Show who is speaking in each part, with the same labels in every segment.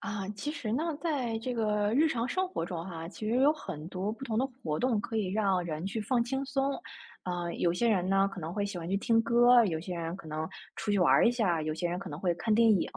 Speaker 1: 啊，其实呢，在这个日常生活中哈，其实有很多不同的活动可以让人去放轻松。有些人呢可能会喜欢去听歌，有些人可能出去玩儿一下，有些人可能会看电影。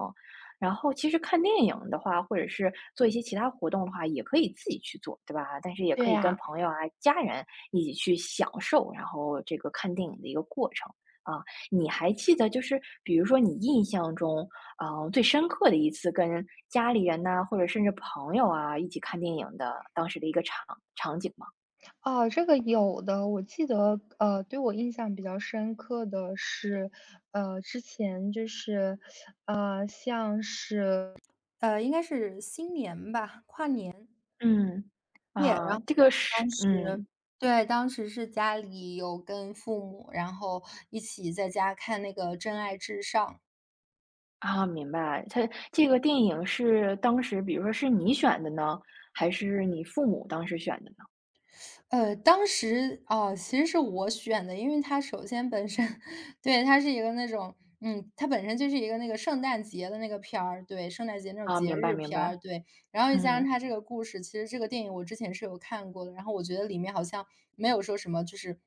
Speaker 1: 然后其实看电影的话，或者是做一些其他活动的话，也可以自己去做，对吧？但是也
Speaker 2: 对
Speaker 1: 可以跟
Speaker 2: 呀。
Speaker 1: 朋友啊、家人一起去享受，然后这个看电影的一个过程啊。你还记得就是，比如说你印象中，最深刻的一次跟家里人呐，或者甚至朋友啊，一起看电影的当时的一个场景嘛。
Speaker 2: 哦，这个有的。我记得，对我印象比较深刻的是，之前就是，像是应该是新年吧，跨年
Speaker 1: 嗯，
Speaker 2: 夜，然
Speaker 1: 啊，
Speaker 2: 后
Speaker 1: 这个是
Speaker 2: 当时
Speaker 1: 嗯，
Speaker 2: 对，当时是家里有跟父母，然后一起在家看那个《真爱至上》。
Speaker 1: 啊，明白。它这个电影是当时比如说是你选的呢，还是你父母当时选的呢？
Speaker 2: 当时哦，其实是我选的，因为它首先本身 对，它是一个那种它本身就是一个那个圣诞节的那个片儿，对，圣诞节那种
Speaker 1: 啊，
Speaker 2: 节
Speaker 1: 明白
Speaker 2: 日
Speaker 1: 明
Speaker 2: 片
Speaker 1: 白。
Speaker 2: 儿，对。然后又加上
Speaker 1: 嗯，
Speaker 2: 它这个故事，其实这个电影我之前是有看过的，然后我觉得里面好像没有说什么就是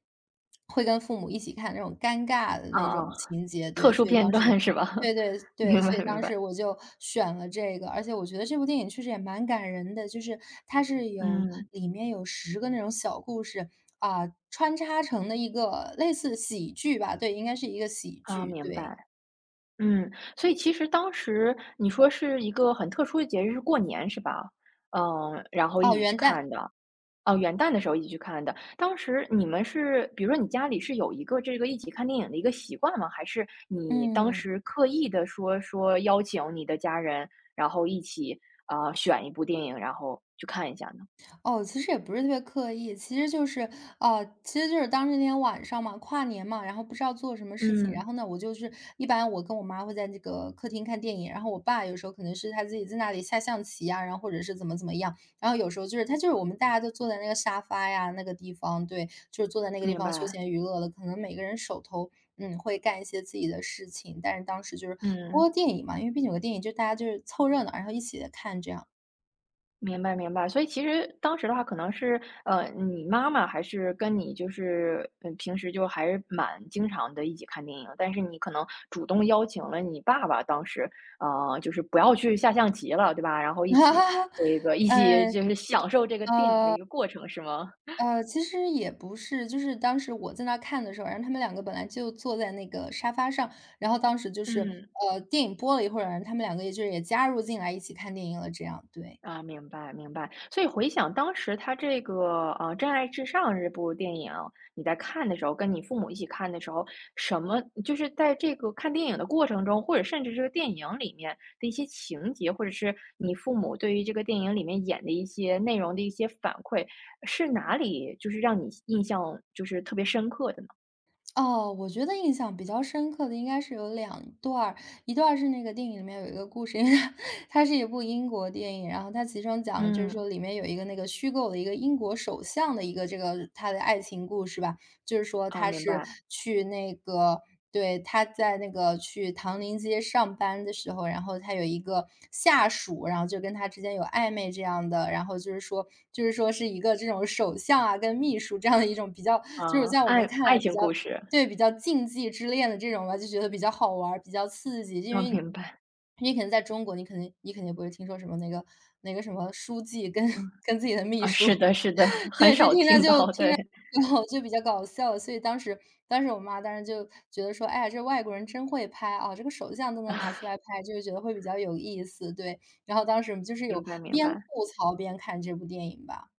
Speaker 2: 会跟父母一起看那种尴尬的
Speaker 1: 啊
Speaker 2: 那
Speaker 1: 啊，
Speaker 2: 种情节，
Speaker 1: 特
Speaker 2: 对，
Speaker 1: 殊
Speaker 2: 所以
Speaker 1: 片
Speaker 2: 当时
Speaker 1: 段是吧？
Speaker 2: 对 对对，
Speaker 1: 明
Speaker 2: 所以
Speaker 1: 白明
Speaker 2: 当
Speaker 1: 白。
Speaker 2: 时我就选了这个，而且我觉得这部电影确实也蛮感人的，就是它是有
Speaker 1: 嗯，
Speaker 2: 里面有10个那种小故事，啊，穿插成的一个类似喜剧吧，对，应该是一个喜
Speaker 1: 啊，
Speaker 2: 剧，
Speaker 1: 明
Speaker 2: 对。
Speaker 1: 白。嗯，所以其实当时你说是一个很特殊的节日，是过年是吧？嗯，然后一
Speaker 2: 哦，
Speaker 1: 起去
Speaker 2: 元旦，
Speaker 1: 看的。哦，元旦的时候一起去看的。当时你们是，比如说你家里是有一个这个一起看电影的一个习惯吗？还是你当
Speaker 2: 嗯。
Speaker 1: 时刻意的说邀请你的家人，然后一起啊、选一部电影，然后去看一下呢？
Speaker 2: 哦，其实也不是特别刻意，其实就是，其实就是当时那天晚上嘛，跨年嘛，然后不知道做什么事情，然
Speaker 1: 嗯，
Speaker 2: 后呢，我就是一般我跟我妈会在这个客厅看电影，然后我爸有时候可能是他自己在那里下象棋呀，然后或者是怎么怎么样，然后有时候就是他就是我们大家都坐在那个沙发呀那个地方，对，就是坐在那个地
Speaker 1: 明
Speaker 2: 方休
Speaker 1: 白。
Speaker 2: 闲娱乐了，可能每个人手头会干一些自己的事情，但是当时就是
Speaker 1: 嗯。
Speaker 2: 播电影嘛，因为毕竟有个电影就大家就是凑热闹，然后一起看这样，
Speaker 1: 明白明白，所以其实当时的话，可能是你妈妈还是跟你就是，嗯，平时就还是蛮经常的一起看电影，但是你可能主动邀请了你爸爸，当时就是不要去下象棋了，对吧？然后 一
Speaker 2: 哈
Speaker 1: 起
Speaker 2: 哈哈
Speaker 1: 这个一
Speaker 2: 呃
Speaker 1: 起就是享受这个电影的一
Speaker 2: 呃，
Speaker 1: 个过程，是吗？
Speaker 2: 其实也不是，就是当时我在那看的时候，然后他们两个本来就坐在那个沙发上，然后当时就是，
Speaker 1: 嗯。
Speaker 2: 电影播了一会儿，然后他们两个也就是也加入进来一起看电影了，这样，对。
Speaker 1: 啊，明白明白。所以回想当时他这个，《真爱至上》这部电影，你在看的时候，跟你父母一起看的时候，什么就是在这个看电影的过程中，或者甚至这个电影里面的一些情节，或者是你父母对于这个电影里面演的一些内容的一些反馈，是哪里就是让你印象就是特别深刻的呢？
Speaker 2: 哦，我觉得印象比较深刻的应该是有两段儿，一段儿是那个电影里面有一个故事，因为它是一部英国电影，然后它其中讲的就是
Speaker 1: 嗯，
Speaker 2: 说里面有一个那个虚构的一个英国首相的一个这个他的爱情故事吧。就是说
Speaker 1: 啊，
Speaker 2: 他
Speaker 1: 明
Speaker 2: 是
Speaker 1: 白。
Speaker 2: 去那个对，他在那个去唐宁街上班的时候，然后他有一个下属，然后就跟他之间有暧昧这样的，然后就是说就是说是一个这种首相啊，跟秘书这样的一种比较就是
Speaker 1: 啊，
Speaker 2: 在我
Speaker 1: 爱
Speaker 2: 们看
Speaker 1: 爱
Speaker 2: 来比
Speaker 1: 情
Speaker 2: 较
Speaker 1: 故事，
Speaker 2: 对，比较禁忌之恋的这种吧，就觉得比较好玩儿、比较刺激。因
Speaker 1: 啊，
Speaker 2: 为你
Speaker 1: 明白。
Speaker 2: 你可能在中国，你可能你肯定不会听说什么那个什么书记跟
Speaker 1: 嗯，
Speaker 2: 跟自己的秘
Speaker 1: 啊，
Speaker 2: 书，
Speaker 1: 是的是的，很
Speaker 2: 对，这
Speaker 1: 少
Speaker 2: 听着
Speaker 1: 听
Speaker 2: 就
Speaker 1: 到，
Speaker 2: 听
Speaker 1: 对，
Speaker 2: 着就 就比较搞笑。所以当时我妈当时就觉得说："哎呀，这外国人真会拍啊，这个手相都能拿出来拍，就是觉得会比较有意思。"对，然后当时就 是
Speaker 1: 明
Speaker 2: 有
Speaker 1: 白明
Speaker 2: 边
Speaker 1: 白。
Speaker 2: 吐槽边看这部电影吧。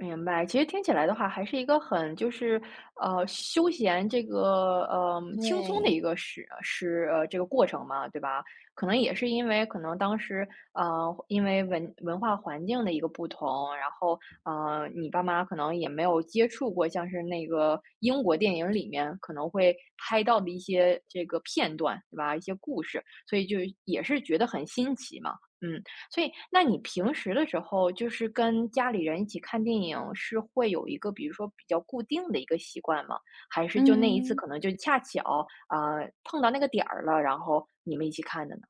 Speaker 1: 明白，其实听起来的话，还是一个很就是，休闲这个，轻松的
Speaker 2: 对，
Speaker 1: 一个是，这个过程嘛，对吧？可能也是因为可能当时，因为文化环境的一个不同，然后，你爸妈可能也没有接触过像是那个英国电影里面可能会拍到的一些这个片段，对吧？一些故事，所以就也是觉得很新奇嘛。嗯，所以，那你平时的时候，就是跟家里人一起看电影，是会有一个比如说比较固定的一个习惯吗？还是就那一次
Speaker 2: 嗯。
Speaker 1: 可能就恰巧，碰到那个点儿了，然后你们一起看的呢？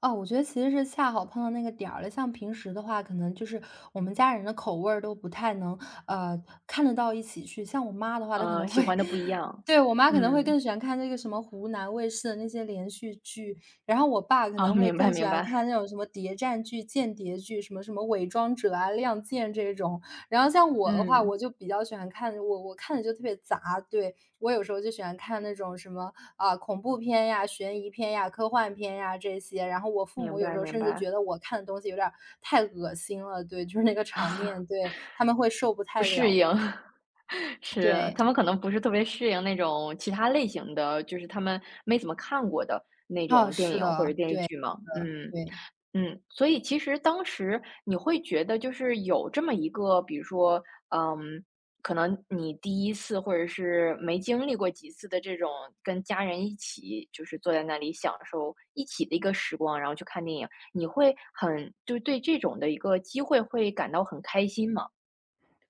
Speaker 2: 哦，我觉得其实是恰好碰到那个点儿了。像平时的话，可能就是我们家人的口味儿都不太能，呃，看得到一起去。像我妈的话，她可能
Speaker 1: 喜
Speaker 2: 会
Speaker 1: 欢的不一 样。
Speaker 2: 对，我妈可能会
Speaker 1: 嗯，
Speaker 2: 更喜欢看那个什么湖南卫视的那些连续剧，然后我爸可
Speaker 1: 啊，
Speaker 2: 能会
Speaker 1: 明白
Speaker 2: 更喜
Speaker 1: 明
Speaker 2: 欢
Speaker 1: 白，
Speaker 2: 看那种什么谍战剧、间谍剧，什么什么《伪装者》啊、《亮剑》这种。然后像我的话，
Speaker 1: 嗯，
Speaker 2: 我就比较喜欢看，我看的就特别杂，对，我有时候就喜欢看那种什么啊恐怖片呀、悬疑片呀、科幻片呀这些，然后我父
Speaker 1: 明
Speaker 2: 母有
Speaker 1: 白
Speaker 2: 时候
Speaker 1: 明
Speaker 2: 甚至
Speaker 1: 白。
Speaker 2: 觉得我看的东西有点儿太恶心了，对，就是那个场面，对，他们会受不
Speaker 1: 不
Speaker 2: 太
Speaker 1: 适
Speaker 2: 了。
Speaker 1: 应，是，
Speaker 2: 对，
Speaker 1: 他们可能不是特别适应那种其他类型的，就是他们没怎么看过的那
Speaker 2: 啊，
Speaker 1: 种电
Speaker 2: 是
Speaker 1: 影或者
Speaker 2: 的，
Speaker 1: 电视
Speaker 2: 对，
Speaker 1: 剧嘛，
Speaker 2: 是的，
Speaker 1: 嗯。
Speaker 2: 对。
Speaker 1: 嗯，所以其实当时你会觉得就是有这么一个，比如说，嗯，可能你第一次或者是没经历过几次的这种跟家人一起，就是坐在那里享受一起的一个时光，然后去看电影，你会很就对这种的一个机会会感到很开心吗？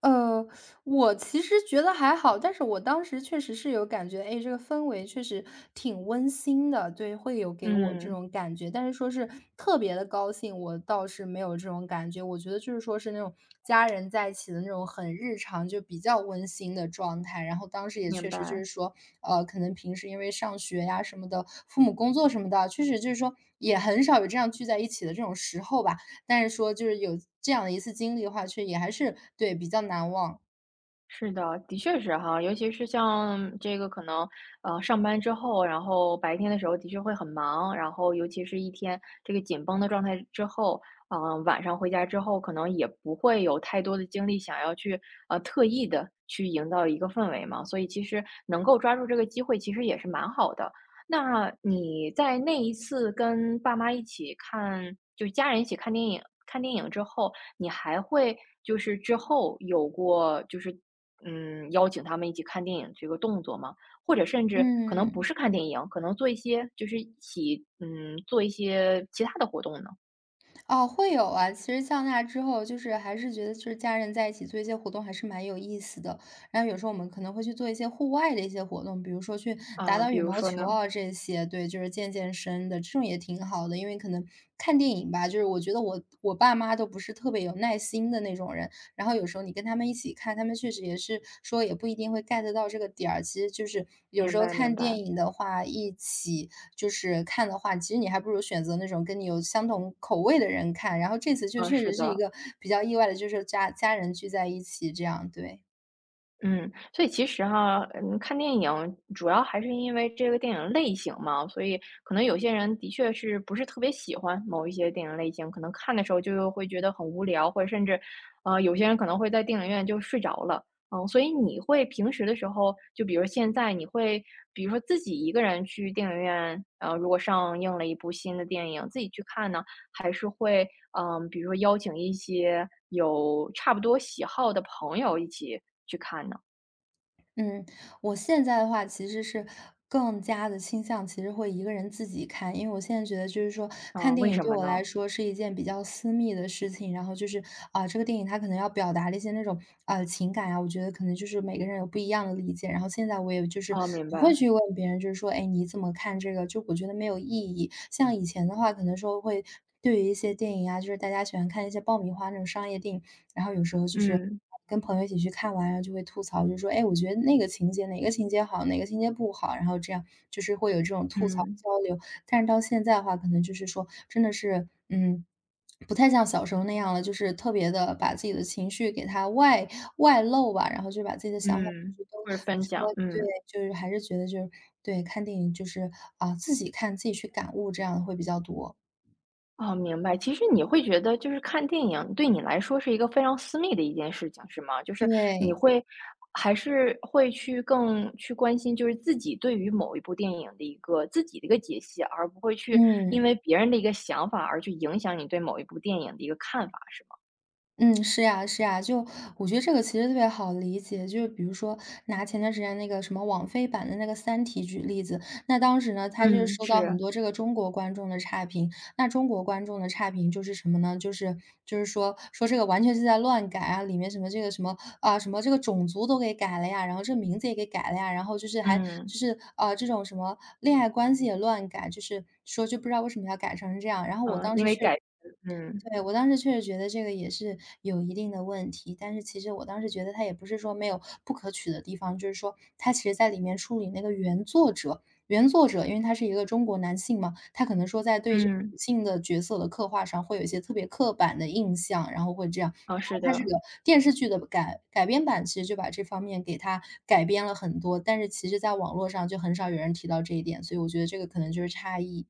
Speaker 2: 呃，我其实觉得还好，但是我当时确实是有感觉，哎，这个氛围确实挺温馨的，对，会有给我这
Speaker 1: 嗯。
Speaker 2: 种感觉。但是说是特别的高兴，我倒是没有这种感觉。我觉得就是说是那种家人在一起的那种很日常，就比较温馨的状态。然后当时也
Speaker 1: 明
Speaker 2: 确实就
Speaker 1: 白，
Speaker 2: 是说，可能平时因为上学呀什么的，父母工作什么的，确实就是说也很少有这样聚在一起的这种时候吧。但是说就是有这样的一次经历的话，却也还是对，比较难忘。
Speaker 1: 是的，的确是哈，尤其是像这个可能，上班之后，然后白天的时候的确会很忙，然后尤其是一天这个紧绷的状态之后，嗯、晚上回家之后，可能也不会有太多的精力想要去特意的去营造一个氛围嘛，所以其实能够抓住这个机会，其实也是蛮好的。那你在那一次跟爸妈一起看，就家人一起看电影，看电影之后，你还会就是之后有过就是嗯，邀请他们一起看电影这个动作嘛，或者甚至可能不是
Speaker 2: 嗯。
Speaker 1: 看电影，可能做一些就是一起，嗯，做一些其他的活动呢？
Speaker 2: 哦，会有啊。其实像那之后，就是还是觉得就是家人在一起做一些活动还是蛮有意思的。然后有时候我们可能会去做一些户外的一些活动，比如说去打
Speaker 1: 啊，
Speaker 2: 打
Speaker 1: 比
Speaker 2: 羽
Speaker 1: 如
Speaker 2: 毛
Speaker 1: 说
Speaker 2: 球
Speaker 1: 呢？
Speaker 2: 啊这些，对，就是健健身的，这种也挺好的。因为可能看电影吧，就是我觉得我爸妈都不是特别有耐心的那种人，然后有时候你跟他们一起看，他们确实也是说也不一定会 get 到这个点儿。其实就是有
Speaker 1: 明
Speaker 2: 时候
Speaker 1: 白明
Speaker 2: 看电
Speaker 1: 白，
Speaker 2: 影的话，一起就是看的话，其实你还不如选择那种跟你有相同口味的人看。然后这次就
Speaker 1: 嗯，
Speaker 2: 确
Speaker 1: 是
Speaker 2: 实是一
Speaker 1: 的。
Speaker 2: 个比较意外的，就是家人聚在一起这样，对。
Speaker 1: 嗯，所以其实哈，嗯，看电影主要还是因为这个电影类型嘛，所以可能有些人的确是不是特别喜欢某一些电影类型，可能看的时候就会觉得很无聊，或者甚至，有些人可能会在电影院就睡着了，嗯，所以你会平时的时候，就比如现在你会，比如说自己一个人去电影院，如果上映了一部新的电影，自己去看呢，还是会，嗯，比如说邀请一些有差不多喜好的朋友一起去看呢？
Speaker 2: 嗯，我现在的话其实是更加的倾向其实会一个人自己看，因为我现在觉得就是说，
Speaker 1: 啊，
Speaker 2: 看电
Speaker 1: 为
Speaker 2: 影
Speaker 1: 什
Speaker 2: 对
Speaker 1: 么
Speaker 2: 我来
Speaker 1: 呢？
Speaker 2: 说是一件比较私密的事情，然后就是，啊，这个电影它可能要表达的一些那种，情感啊，我觉得可能就是每个人有不一样的理解，然后现在我也就是
Speaker 1: 啊，明
Speaker 2: 不会
Speaker 1: 白，
Speaker 2: 去问别人，就是说："哎，你怎么看这个？"就我觉得没有意义。像以前的话，可能说会对于一些电影啊，就是大家喜欢看一些爆米花那种商业电影，然后有时候就是
Speaker 1: 嗯，
Speaker 2: 跟朋友一起去看完，然后就会吐槽，就说："哎，我觉得那个情节哪个情节好，哪个情节不好。"然后这样就是会有这种吐槽
Speaker 1: 嗯，
Speaker 2: 交流。但是到现在的话，可能就是说真的是，嗯，不太像小时候那样了，就是特别的把自己的情绪给它外露吧，然后就把自己的想法就是
Speaker 1: 嗯，
Speaker 2: 都
Speaker 1: 或者分享，
Speaker 2: 说，对，
Speaker 1: 嗯，
Speaker 2: 就是还是觉得就是对，看电影就是，啊，自己看自己去感悟这样会比较多。
Speaker 1: 哦，明白。其实你会觉得就是看电影对你来说是一个非常私密的一件事情，是吗？就是你
Speaker 2: 对，
Speaker 1: 会还是会去更去关心，就是自己对于某一部电影的一个自己的一个解析，而不会去因为
Speaker 2: 嗯。
Speaker 1: 别人的一个想法而去影响你对某一部电影的一个看法，是吗？
Speaker 2: 嗯，是呀是呀，就我觉得这个其实特别好理解。就是比如说拿前段时间那个什么网飞版的那个《三体》举例子，那当时呢，他就是
Speaker 1: 嗯，
Speaker 2: 收到很
Speaker 1: 是，
Speaker 2: 多这个中国观众的差评。那中国观众的差评就是什么呢？就是说这个完全是在乱改啊，里面什么这个什么啊什么这个种族都给改了呀，然后这名字也给改了呀，然后就是还
Speaker 1: 嗯，
Speaker 2: 就是啊这种什么恋爱关系也乱改，就是说就不知道为什么要改成这样。然后我
Speaker 1: 嗯，
Speaker 2: 当
Speaker 1: 因
Speaker 2: 时
Speaker 1: 为
Speaker 2: 确实
Speaker 1: 改，嗯，
Speaker 2: 对，我当时确实觉得这个也是有一定的问题，但是其实我当时觉得它也不是说没有不可取的地方，就是说它其实在里面处理那个原作者，原作者因为他是一个中国男性嘛，他可能说在对这个
Speaker 1: 嗯，
Speaker 2: 女性的角色的刻画上会有一些特别刻板的印象，然后会这样。
Speaker 1: 啊，
Speaker 2: 然
Speaker 1: 是
Speaker 2: 后它这
Speaker 1: 的。
Speaker 2: 个电视剧的改编版其实就把这方面给它改编了很多，但是其实在网络上就很少有人提到这一点，所以我觉得这个可能就是差异。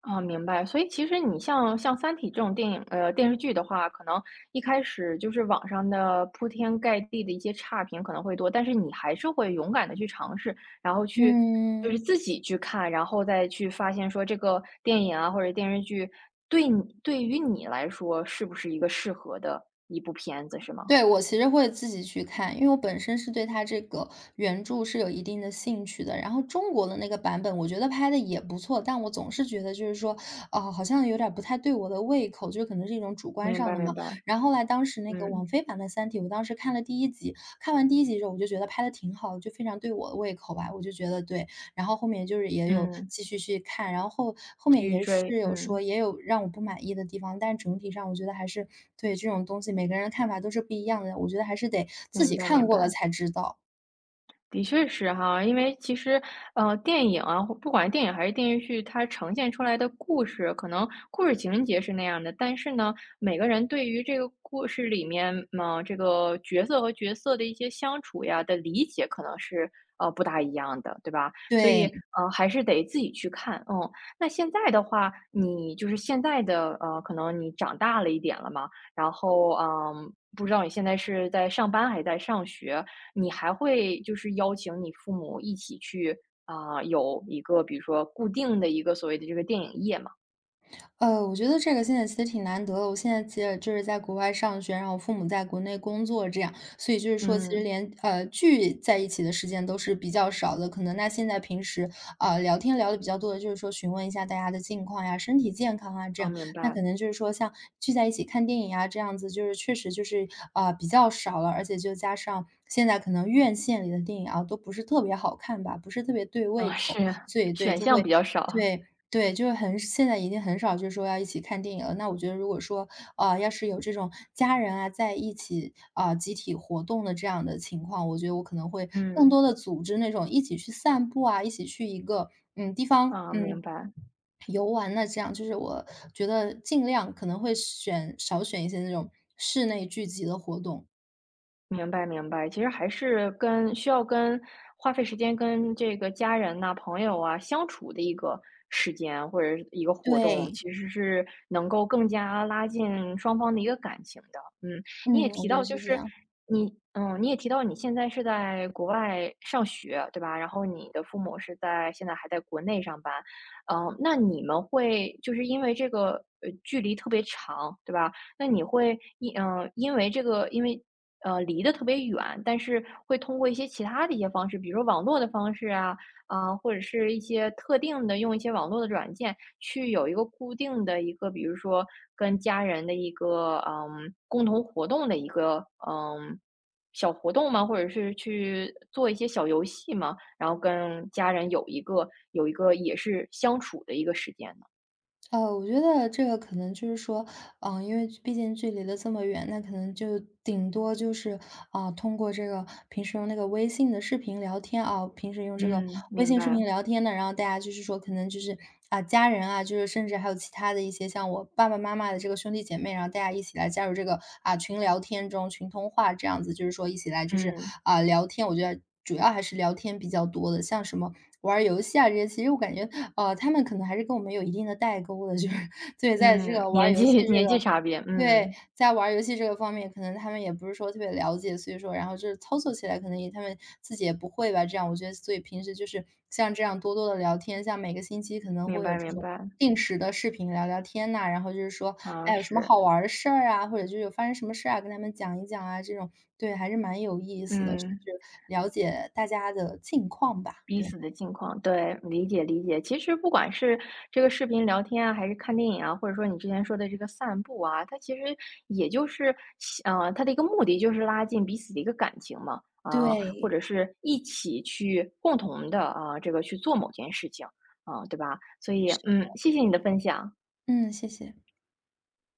Speaker 1: 啊，明白。所以其实你像《三体》这种电影，电视剧的话，可能一开始就是网上的铺天盖地的一些差评可能会多，但是你还是会勇敢的去尝试，然后去就是
Speaker 2: 嗯。
Speaker 1: 自己去看，然后再去发现说这个电影啊或者电视剧对你对于你来说是不是一个适合的一部片子，是吗？
Speaker 2: 对，我其实会自己去看，因为我本身是对它这个原著是有一定的兴趣的。然后中国的那个版本，我觉得拍的也不错，但我总是觉得就是说，哦，好像有点儿不太对我的胃口，就可能是一种主观
Speaker 1: 明
Speaker 2: 上
Speaker 1: 白
Speaker 2: 的
Speaker 1: 明
Speaker 2: 嘛。
Speaker 1: 白，
Speaker 2: 然后后来当时那个
Speaker 1: 嗯，
Speaker 2: 王菲版的《三体》，我当时看了第一集，看完第一集之后，我就觉得拍的挺好的就非常对我的胃口吧，我就觉得对。然后后面就是也有
Speaker 1: 嗯，
Speaker 2: 继续去看，然后后后
Speaker 1: 继
Speaker 2: 面
Speaker 1: 续
Speaker 2: 也是
Speaker 1: 追，
Speaker 2: 有
Speaker 1: 嗯，
Speaker 2: 说也有让我不满意的地方，但是整体上我觉得还是对这种东西每个人的看法都是不一样的，我觉得还是得自
Speaker 1: 明
Speaker 2: 己
Speaker 1: 白
Speaker 2: 看
Speaker 1: 明
Speaker 2: 过了
Speaker 1: 白。
Speaker 2: 才知道，
Speaker 1: 的确是哈，因为其实，电影啊，或不管是电影还是电视剧，它呈现出来的故事，可能故事情节是那样的，但是呢，每个人对于这个故事里面，嗯这个角色和角色的一些相处呀的理解，可能是不大一样的，对吧？所以，
Speaker 2: 对。
Speaker 1: 还是得自己去看。嗯，那现在的话，你就是现在的，可能你长大了一点了嘛，然后，嗯、不知道你现在是在上班还是在上学？你还会就是邀请你父母一起去啊、有一个比如说固定的一个所谓的这个电影夜嘛？
Speaker 2: 我觉得这个现在其实挺难得的。我现在其实就是在国外上学，然后我父母在国内工作这样，所以就是说其实
Speaker 1: 嗯，
Speaker 2: 连，聚在一起的时间都是比较少的。可能那现在平时，聊天聊的比较多的就是说询问一下大家的近况呀、身体健康啊这
Speaker 1: 啊，
Speaker 2: 样。
Speaker 1: 明
Speaker 2: 那
Speaker 1: 白，
Speaker 2: 可能就是说像聚在一起看电影啊这样子，就是确实就是，比较少了，而且就加上现在可能院线里的电影啊，都不是特别好看吧，不是特别对胃
Speaker 1: 啊，
Speaker 2: 口，
Speaker 1: 是
Speaker 2: 所以对，
Speaker 1: 选
Speaker 2: 就
Speaker 1: 项
Speaker 2: 会
Speaker 1: 比较少，
Speaker 2: 对，对，就是很现在已经很少就是说要一起看电影了。那我觉得如果说，要是有这种家人啊在一起啊、集体活动的这样的情况，我觉得我可能会更
Speaker 1: 嗯，
Speaker 2: 多的组织那种一起去散步啊，一起去一个嗯地方
Speaker 1: 啊，明
Speaker 2: 嗯
Speaker 1: 白。
Speaker 2: 游玩的这样，就是我觉得尽量可能会选少选一些那种室内聚集的活动。
Speaker 1: 明白明白，其实还是跟需要跟花费时间跟这个家人呐、朋友啊相处的一个时间或者是一个活动，
Speaker 2: 对，
Speaker 1: 其实是能够更加拉近双方的一个感情的。嗯，你也
Speaker 2: 嗯，
Speaker 1: 提
Speaker 2: 我觉得
Speaker 1: 到就
Speaker 2: 是这
Speaker 1: 是
Speaker 2: 样。
Speaker 1: 你也提到你现在是在国外上学，对吧？然后你的父母是在现在还在国内上班，嗯，那你们会就是因为这个距离特别长，对吧？那你会因为这个，因为离得特别远，但是会通过一些其他的一些方式，比如网络的方式啊，啊，或者是一些特定的用一些网络的软件去有一个固定的一个，比如说跟家人的一个，嗯，共同活动的一个，嗯，小活动嘛，或者是去做一些小游戏嘛，然后跟家人有一个也是相处的一个时间呢。
Speaker 2: 我觉得这个可能就是说，嗯，因为毕竟距离了这么远，那可能就顶多就是，啊，通过这个平时用那个微信的视频聊天啊，平时用这个
Speaker 1: 嗯，
Speaker 2: 微
Speaker 1: 明
Speaker 2: 信视
Speaker 1: 白，
Speaker 2: 频聊天呢，然后大家就是说可能就是，啊，家人啊，就是甚至还有其他的一些像我爸爸妈妈的这个兄弟姐妹，然后大家一起来加入这个，啊，群聊天中、群通话这样子，就是说一起来就是，
Speaker 1: 嗯，
Speaker 2: 啊，聊天，我觉得主要还是聊天比较多的，像什么玩儿游戏啊这些，其实我感觉，他们可能还是跟我们有一定的代沟的，就是对，在这
Speaker 1: 嗯，
Speaker 2: 个玩儿
Speaker 1: 年
Speaker 2: 游
Speaker 1: 纪
Speaker 2: 戏 这
Speaker 1: 年
Speaker 2: 个
Speaker 1: 纪差别，
Speaker 2: 对，
Speaker 1: 嗯，
Speaker 2: 在玩儿游戏这个方面，可能他们也不是说特别了解，所以说，然后就是操作起来可能也他们自己也不会吧，这样我觉得，所以平时就是像这样多多的聊天，像每个星期可能
Speaker 1: 明
Speaker 2: 会有
Speaker 1: 白
Speaker 2: 这
Speaker 1: 明
Speaker 2: 种
Speaker 1: 白。
Speaker 2: 定时的视频聊天呐，然后就是说，
Speaker 1: 啊，
Speaker 2: 哎，有什么
Speaker 1: 是，
Speaker 2: 好玩儿的事儿啊，或者就是有发生什么事儿啊，跟他们讲一讲啊，这种，对，还是蛮有意思的，就
Speaker 1: 嗯，
Speaker 2: 是了解大家的近况吧，
Speaker 1: 彼
Speaker 2: 对。
Speaker 1: 此的近况，对，理解理解。其实不管是这个视频聊天啊，还是看电影啊，或者说你之前说的这个散步啊，它其实也就是，它的一个目的就是拉近彼此的一个感情嘛，啊、或
Speaker 2: 对，
Speaker 1: 者是一起去共同的啊、这个去做某件事情啊、对吧？所以，
Speaker 2: 是，
Speaker 1: 嗯，谢谢你的分享。
Speaker 2: 嗯，谢谢。